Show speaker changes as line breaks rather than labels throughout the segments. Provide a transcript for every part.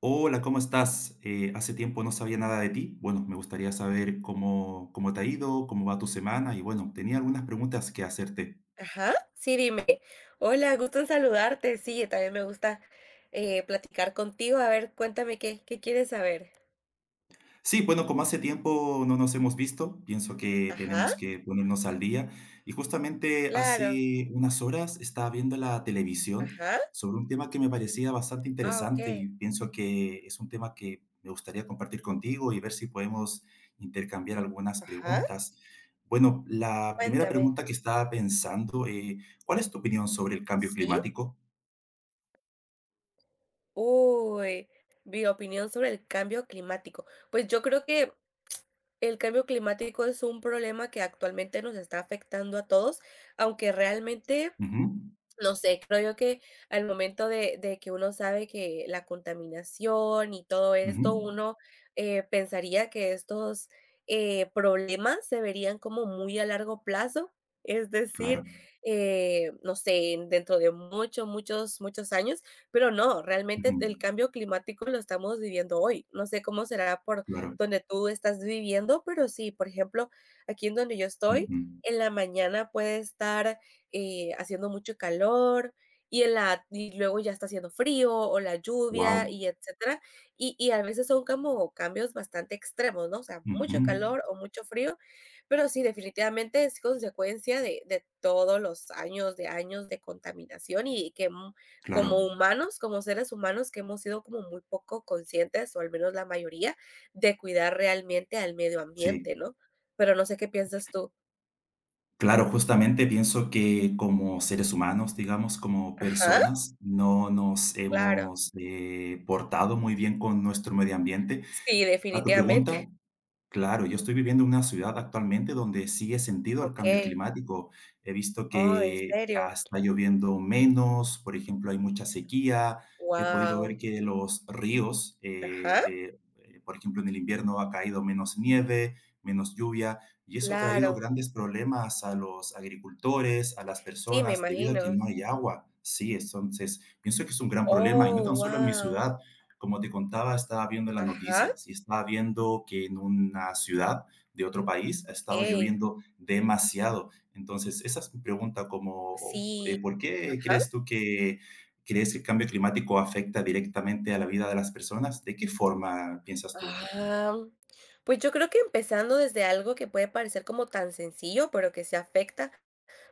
Hola, ¿cómo estás? Hace tiempo no sabía nada de ti. Bueno, me gustaría saber cómo te ha ido, cómo va tu semana y bueno, tenía algunas preguntas que hacerte.
Ajá, sí, dime. Hola, gusto en saludarte. Sí, también me gusta platicar contigo. A ver, cuéntame qué quieres saber.
Sí, bueno, como hace tiempo no nos hemos visto, pienso que
Ajá,
tenemos que ponernos al día. Y justamente
claro.
hace unas horas estaba viendo la televisión
Ajá.
sobre un tema que me parecía bastante
Ah,
interesante
ok.
y pienso que es un tema que me gustaría compartir contigo y ver si podemos intercambiar algunas
Ajá.
preguntas. Bueno, la primera
Cuéntame.
pregunta que estaba pensando, ¿cuál es tu opinión sobre el cambio
Sí.
climático?
Uy, mi opinión sobre el cambio climático. Pues yo creo que el cambio climático es un problema que actualmente nos está afectando a todos, aunque realmente,
Ujú,
no sé, creo yo que al momento de que uno sabe que la contaminación y todo
ujú,
esto, uno pensaría que estos problemas se verían como muy a largo plazo, es
claro,
decir, no sé, dentro de muchos, muchos, muchos años, pero no, realmente
ujú,
el cambio climático lo estamos viviendo hoy. No sé cómo será por
claro.
donde tú estás viviendo, pero sí, por ejemplo, aquí en donde yo estoy, en la mañana puede estar haciendo mucho calor y en la y luego ya está haciendo frío o la lluvia
Wow.
y etcétera. Y a veces son como cambios bastante extremos, ¿no? O sea, mucho calor o mucho frío, pero sí, definitivamente es consecuencia de todos los años de contaminación y que,
Claro,
como humanos, como seres humanos que hemos sido como muy poco conscientes, o al menos la mayoría, de cuidar realmente al medio ambiente,
sí,
¿no? Pero no sé qué piensas tú.
claro, justamente pienso que como seres humanos, digamos, como
Ajá,
personas, no nos
claro.
hemos portado muy bien con nuestro medio ambiente.
Sí,
A tu pregunta,
definitivamente.
claro, yo estoy viviendo en una ciudad actualmente donde sí he sentido el cambio
Okey.
climático. He visto
Oh, ¿en
que
serio?
está lloviendo menos, por ejemplo, hay mucha sequía. He podido ver
Wow.
que los ríos,
Ajá,
por ejemplo, en el invierno ha caído menos nieve, menos lluvia, y eso ha traído
claro.
grandes problemas a los agricultores, a las
Sí, me
personas, debido a que
imagino.
no hay agua. Sí, entonces pienso que es un gran problema, y no
Oh,
tan solo en mi
wow.
ciudad. Como te contaba, estaba viendo las
Ajá,
noticias y estaba viendo que en una ciudad de otro país ha estado
okey.
lloviendo demasiado. Entonces, esa es mi pregunta, como,
Sí,
¿por qué
ajá.
crees tú que crees que el cambio climático afecta directamente a la vida de las personas? ¿De qué forma piensas tú?
Ah, pues yo creo que empezando desde algo que puede parecer como tan sencillo, pero que se afecta,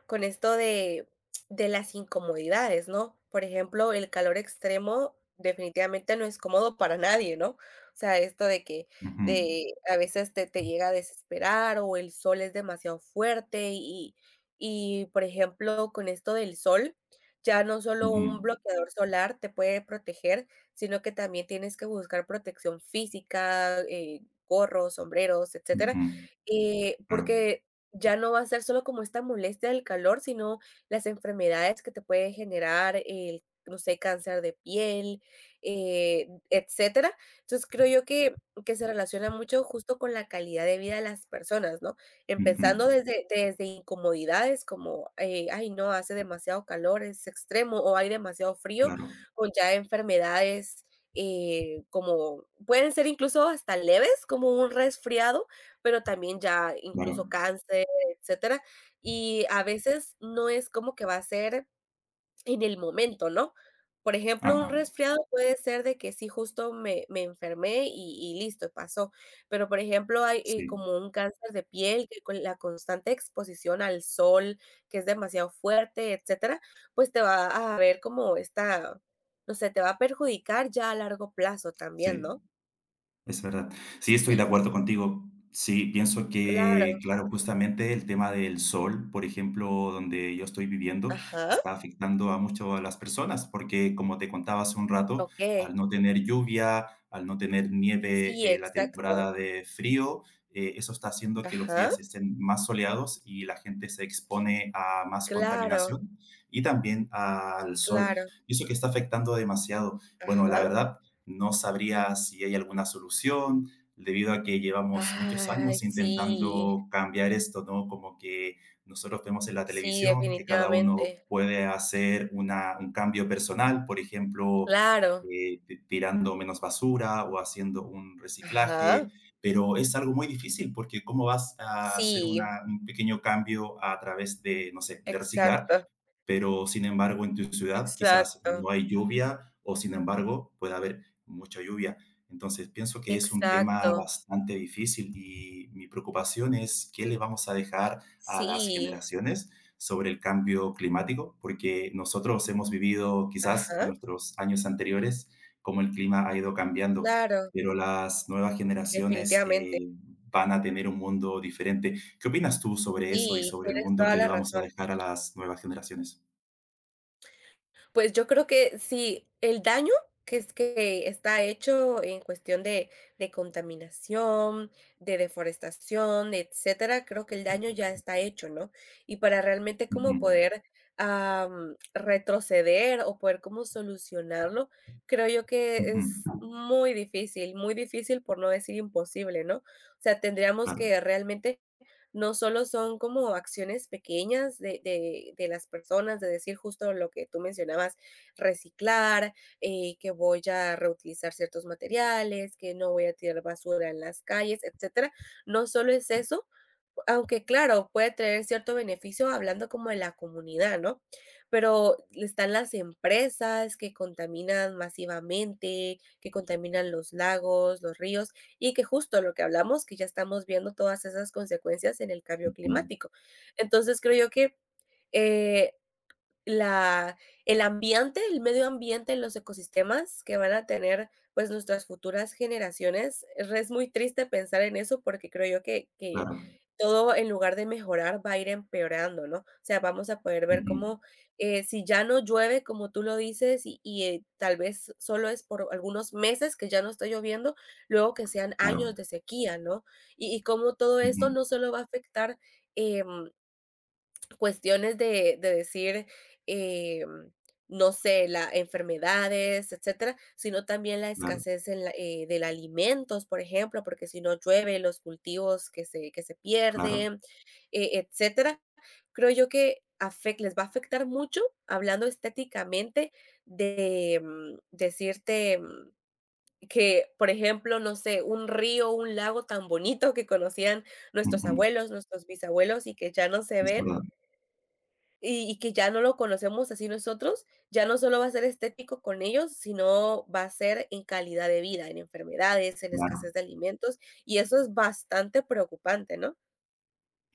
con esto de las incomodidades, ¿no? Por ejemplo, el calor extremo definitivamente no es cómodo para nadie, ¿no? O sea, esto de que
Ujú,
a veces te llega a desesperar o el sol es demasiado fuerte y, por ejemplo, con esto del sol, ya no solo un
ujú,
bloqueador solar te puede proteger, sino que también tienes que buscar protección física, gorros, sombreros, etcétera,
ujú, claro,
porque ya no va a ser solo como esta molestia del calor, sino las enfermedades que te puede generar el, no sé, cáncer de piel, etcétera. Entonces, creo yo que se relaciona mucho justo con la calidad de vida de las personas, ¿no?
ujú,
Empezando desde incomodidades como, ay, no, hace demasiado calor, es extremo, o hay demasiado frío,
claro,
con ya enfermedades, como pueden ser incluso hasta leves, como un resfriado, pero también ya
claro,
incluso cáncer, etcétera. Y a veces no es como que va a ser en el momento, ¿no? Por ejemplo, un
ajá,
resfriado puede ser de que sí, justo me enfermé y listo, pasó. Pero, por ejemplo, hay
sí,
como un cáncer de piel que con la constante exposición al sol, que es demasiado fuerte, etcétera, pues te va a ver como esta, no sé, te va a perjudicar ya a largo plazo también,
sí.
¿no?
Es verdad. Sí, estoy de
Sí,
acuerdo contigo. Sí, pienso que,
claro.
claro, justamente el tema del sol, por ejemplo, donde yo estoy viviendo,
Ajá.
está afectando a mucho a las personas, porque como te contaba hace un rato,
Ok.
al no tener lluvia, al no tener nieve,
Sí,
la
exacto.
temporada de frío, eso está haciendo que los
Ajá.
días estén más soleados y la gente se expone a más
Claro.
contaminación y también al sol.
Claro,
Y eso que está afectando demasiado. Bueno, la
ajá.
verdad. No sabría si hay alguna solución, debido a que llevamos muchos
Ay,
años
sí,
intentando cambiar esto, ¿no? Como que nosotros vemos en la
sí,
televisión que cada uno
definitivamente.
puede hacer un cambio personal, por ejemplo,
Claro.
tirando menos basura o haciendo un reciclaje,
Ajá.
pero es algo muy difícil porque ¿cómo vas a hacer
Sí.
un pequeño cambio a través de, no sé, de reciclar
Exacto,
pero sin embargo en tu ciudad quizás no
exacto.
hay lluvia o sin embargo puede haber mucha lluvia. Entonces pienso que es un tema
Exacto.
bastante difícil y mi preocupación es qué le vamos a dejar a las
Sí.
generaciones sobre el cambio climático, porque nosotros hemos vivido quizás en
Ajá.
nuestros años anteriores cómo el clima ha ido cambiando,
Claro,
pero las nuevas generaciones
definitivamente.
van a tener un mundo diferente. ¿Qué opinas tú sobre eso y
Sí,
sobre el
tienes
mundo
toda
que le
la
vamos a
razón.
dejar a las nuevas generaciones?
Pues yo creo que sí, el daño que está hecho en cuestión de contaminación, de deforestación, etcétera, creo que el daño ya está hecho, ¿no? Y para realmente
Ujú,
como poder, retroceder o poder como solucionarlo, creo yo que es
ujú,
muy difícil por no decir imposible, ¿no? O sea, tendríamos
claro,
que realmente, no solo son como acciones pequeñas de las personas, de decir justo lo que tú mencionabas, reciclar, que voy a reutilizar ciertos materiales, que no voy a tirar basura en las calles, etcétera. No solo es eso, aunque claro, puede tener cierto beneficio hablando como de la comunidad, ¿no? Pero están las empresas que contaminan masivamente, que contaminan los lagos, los ríos, y que justo lo que hablamos, que ya estamos viendo todas esas consecuencias en el cambio
ujú,
climático. Entonces, creo yo que, eh, la, el ambiente, el medio ambiente, los ecosistemas que van a tener pues nuestras futuras generaciones. Es muy triste pensar en eso porque creo yo que
claro,
todo en lugar de mejorar va a ir empeorando, ¿no? O sea, vamos a poder ver
ujú,
cómo, si ya no llueve, como tú lo dices, y, tal vez solo es por algunos meses que ya no está lloviendo, luego que sean
claro,
años de sequía, ¿no? Y cómo todo esto
ujú,
no solo va a afectar... em, cuestiones de decir, em, no sé, la enfermedades, etcétera, sino también la
claro,
escasez en la, del alimentos, por ejemplo, porque si no llueve, los cultivos que que se
claro,
pierden, etcétera. Creo yo que les va a afectar mucho, hablando estéticamente, de, decirte, que, por ejemplo, no sé, un río, un lago tan bonito que conocían nuestros
ujú,
abuelos, nuestros bisabuelos y que ya no se
es
ven
verdad,
y que ya no lo conocemos así nosotros, ya no solo va a ser estético con ellos, sino va a ser en calidad de vida, en enfermedades, en
claro.
escasez de alimentos, y eso es bastante preocupante, ¿no?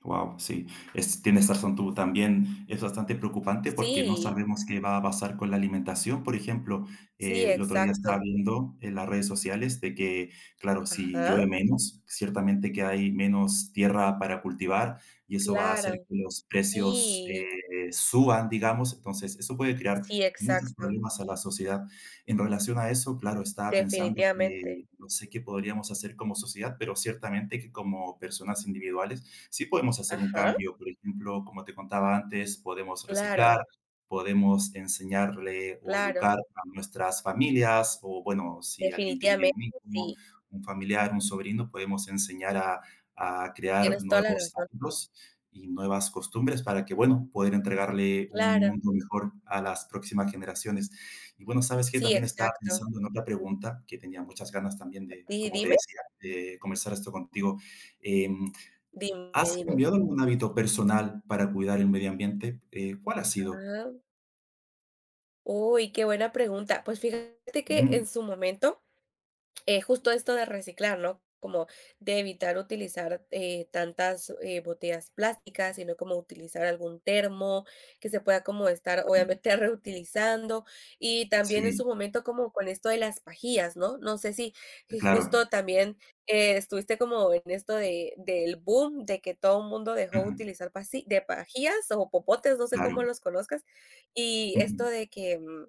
Wow, sí, tienes razón tú. También es bastante preocupante porque no
Sí,
sabemos qué va a pasar con la alimentación. Por ejemplo,
sí,
el otro día estaba
exacto.
viendo en las redes sociales de que, claro, si
Ajá,
llueve menos, ciertamente que hay menos tierra para cultivar y eso va a hacer
claro.
que los precios
Sí,
suban, digamos. Entonces, eso puede crear
sí,
muchos
exacto,
problemas a la sociedad. En relación a eso, claro, estaba pensando que
definitivamente.
no sé qué podríamos hacer como sociedad, pero ciertamente que como personas individuales sí podemos hacer un
Ajá,
cambio. Por ejemplo, como te contaba antes, podemos reciclar,
claro,
podemos enseñarle o
claro,
educar a nuestras familias o, bueno, si alguien tiene
definitivamente,
un hijo,
sí,
un familiar, un sobrino, podemos enseñar a
y
crear
tienes toda la
nuevos
razón.
hábitos y nuevas costumbres para que, bueno, poder entregarle un
Claro,
mundo mejor a las próximas generaciones. Y bueno, sabes que
sí,
también estaba
exacto.
pensando en otra pregunta que tenía muchas ganas también de,
Di
como te
Dime,
decía, de conversar esto contigo. Eh,
dime,
¿Has
dime.
cambiado algún hábito personal para cuidar el medio ambiente? ¿Cuál ha sido?
Ajá. Uy, qué buena pregunta. Pues fíjate que
Ujú.
en su momento, justo esto de reciclar, ¿no? Como de evitar utilizar tantas botellas plásticas, sino como utilizar algún termo que se pueda como estar obviamente reutilizando. Y también en su
Sí,
momento como con esto de las pajillas, ¿no? No sé si, si
claro.
justo también estuviste como en esto de, del boom, de que todo el mundo dejó de
Ujú,
utilizar de pajillas o popotes, no sé
claro.
cómo los conozcas. Y esto
Ujú,
de que...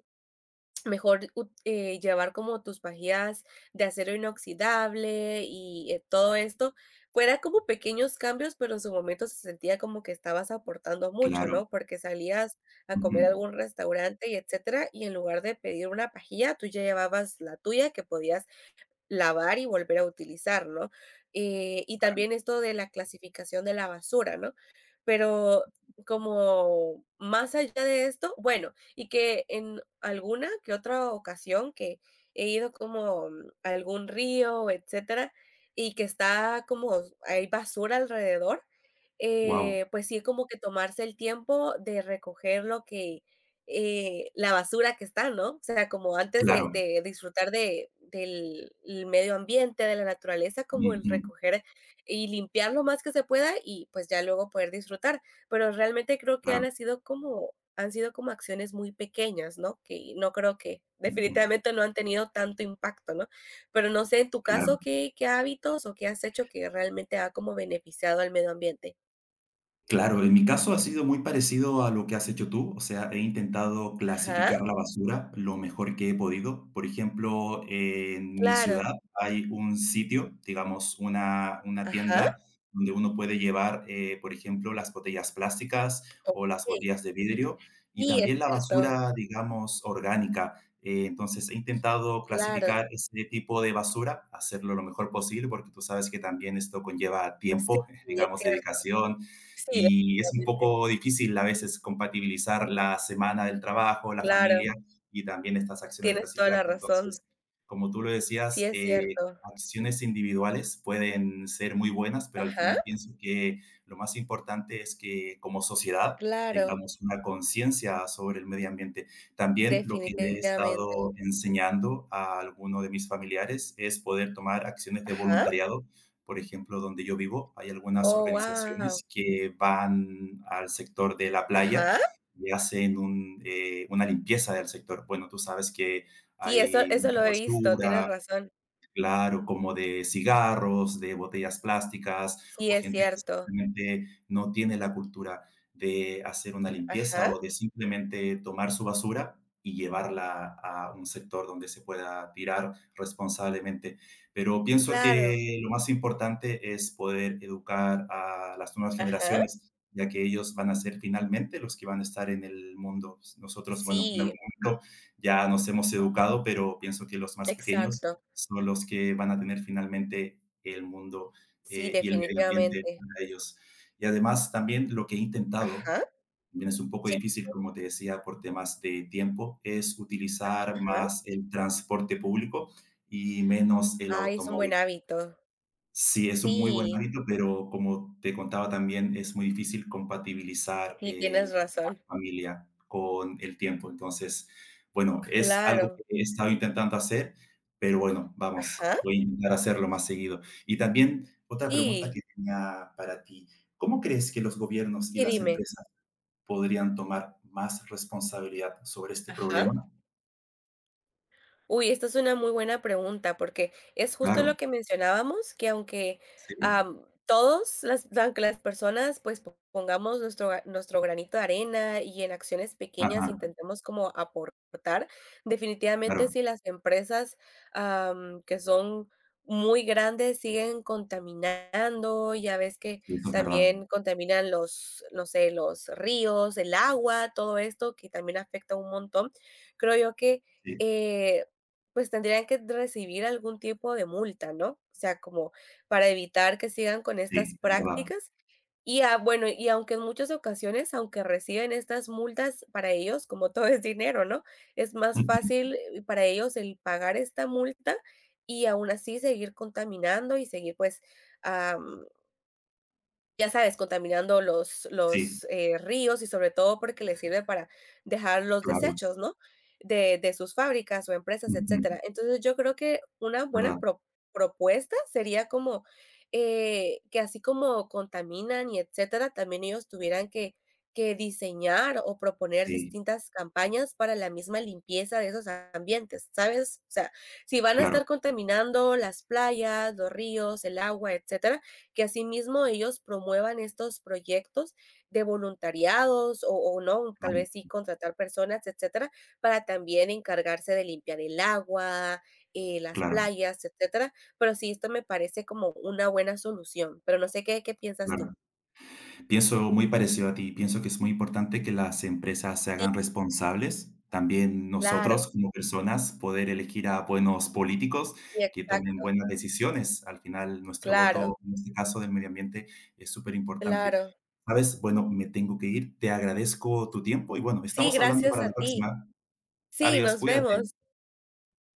mejor llevar como tus pajillas de acero inoxidable y, todo esto. Fuera como pequeños cambios, pero en su momento se sentía como que estabas aportando mucho,
claro.
¿no? Porque salías a comer
Wow,
a algún restaurante y etcétera, y en lugar de pedir una pajilla, tú ya llevabas la tuya que podías lavar y volver a utilizarlo, y también esto de la clasificación de la basura, ¿no? Pero como más allá de esto, bueno, y que en alguna que otra ocasión que he ido como, a algún río, etcétera, y que está como hay basura alrededor, pues sí, como que tomarse el tiempo de recoger lo que, la basura que está, ¿no? O sea, como antes de
claro.
de disfrutar de del el medio ambiente, de la naturaleza, como el
Ujú,
recoger y limpiar lo más que se pueda y, pues, ya luego poder disfrutar. Pero realmente creo que
claro.
han sido como acciones muy pequeñas, ¿no? Que no creo que
Ujú,
definitivamente no han tenido tanto impacto, ¿no? Pero no sé, en tu
claro.
caso, qué hábitos o qué has hecho que realmente ha como beneficiado al medio ambiente?
Claro, en mi caso ha sido muy parecido a lo que has hecho tú, o sea, he intentado
Ajá,
clasificar la basura lo mejor que he podido. Por ejemplo, en mi
claro.
ciudad hay un sitio, digamos, una
Ajá,
tienda donde uno puede llevar, por ejemplo, las botellas plásticas o las
okey.
botellas de vidrio y
Sí, es
también la
cierto.
basura, digamos, orgánica. Entonces, he intentado
Claro,
clasificar ese tipo de basura, hacerlo lo mejor posible, porque tú sabes que también esto conlleva
sí,
tiempo,
es
digamos,
cierto.
dedicación
Sí,
y es un
definitivamente.
poco difícil a veces compatibilizar la semana del trabajo, la
Claro,
familia y también estas acciones de
tienes toda la
reciclaje. Entonces,
razón.
como tú lo
Sí,
decías,
es cierto.
acciones individuales pueden ser muy buenas, pero al
Ajá,
final pienso que lo más importante es que como sociedad
claro,
tengamos una conciencia sobre el medio ambiente. También lo que le he
definitivamente.
estado enseñando a alguno de mis familiares es poder tomar acciones de
Ajá.
voluntariado, por ejemplo, donde yo vivo hay algunas
Oh, wow.
organizaciones que van al sector de la playa
Ajá.
y hacen una limpieza del sector. Bueno, tú sabes que
Sí, eso
hay
eso lo he
mucha
visto, tienes
basura,
razón.
claro, como de cigarros, de botellas plásticas,
Sí,
o
es
gente que
cierto.
simplemente no tiene la cultura de hacer una limpieza
Ajá,
o de simplemente tomar su basura y llevarla a un sector donde se pueda tirar responsablemente. Pero pienso
claro.
que lo más importante es poder educar a las nuevas
Ajá.
generaciones, ya que ellos van a ser finalmente los que van a estar en el mundo. Nosotros, bueno, en
Sí,
algún momento ya nos hemos educado, pero pienso que los más pequeños
exacto.
son los que van a tener finalmente el mundo
Sí,
y el medio ambiente
definitivamente.
para ellos. Y además también lo que he intentado,
Ajá.
también es un poco
Sí,
difícil, como te decía, por temas de tiempo, es utilizar
ajá.
más el transporte público y menos el
Ay, es un
automóvil.
buen hábito.
Sí, es un muy buen
Sí,
hábito, pero como te contaba también, es muy difícil compatibilizar,
sí, tienes
la
razón.
familia con el tiempo. Entonces, bueno, es algo que
Claro.
he estado intentando hacer, pero bueno, vamos,
Ajá.
voy a intentar hacerlo más seguido. Y también otra pregunta
Sí.
que tenía para ti, ¿cómo crees que los gobiernos y
Sí,
las
dime.
empresas podrían tomar más responsabilidad sobre este
Ajá.
problema?
Uy, esta es una muy buena pregunta, porque es justo
Claro,
lo que mencionábamos, que aunque,
sí,
todos las aunque las personas, pues, po pongamos nuestro ga nuestro granito de arena y en acciones pequeñas
ajá,
intentemos como aportar, definitivamente
claro,
si las empresas, que son muy grandes siguen contaminando, ya ves que
sí, eso es verdad.
también contaminan los, no sé, los ríos, el agua, todo esto que también afecta un montón. Creo yo que,
Sí,
eh, pues tendrían que recibir algún tipo de multa, ¿no? O sea, como para evitar que sigan con estas
sí, es verdad.
prácticas. Y ah, bueno, y aunque en muchas ocasiones, aunque reciben estas multas para ellos, como todo es dinero, ¿no? Es más fácil para ellos el pagar esta multa y aún así seguir contaminando y seguir pues, ya sabes, contaminando los
sí.
los, eh, ríos y sobre todo porque les sirve para dejar los
Claro,
desechos, ¿no? De sus fábricas o empresas,
ujú,
etcétera. Entonces, yo creo que una buena
verdad,
propuesta sería como, que así como contaminan y etcétera, también ellos tuvieran que diseñar o proponer
sí,
distintas campañas para la misma limpieza de esos ambientes, ¿sabes? O sea, si van a
claro,
estar contaminando las playas, los ríos, el agua, etcétera, que asimismo ellos promuevan estos proyectos de voluntariados o no, tal
claro,
vez sí contratar personas, etcétera, para también encargarse de limpiar el agua, las
claro,
playas, etcétera. Pero sí, esto me parece como una buena solución, pero no sé qué piensas tú.
claro. Pienso muy parecido a ti, pienso que es muy importante que las empresas se
Sí,
hagan responsables, también
claro,
nosotros como personas poder elegir a buenos políticos
sí,
que tomen
exacto,
buenas decisiones. Al final, nuestro
claro,
voto, en este caso del medio ambiente, es súper importante.
claro.
¿Sabes? Bueno, me tengo que ir, te agradezco tu tiempo y bueno,
Sí,
estamos hablando
gracias
para
a
la
ti.
próxima.
Sí,
Adiós,
nos
cuídate.
vemos.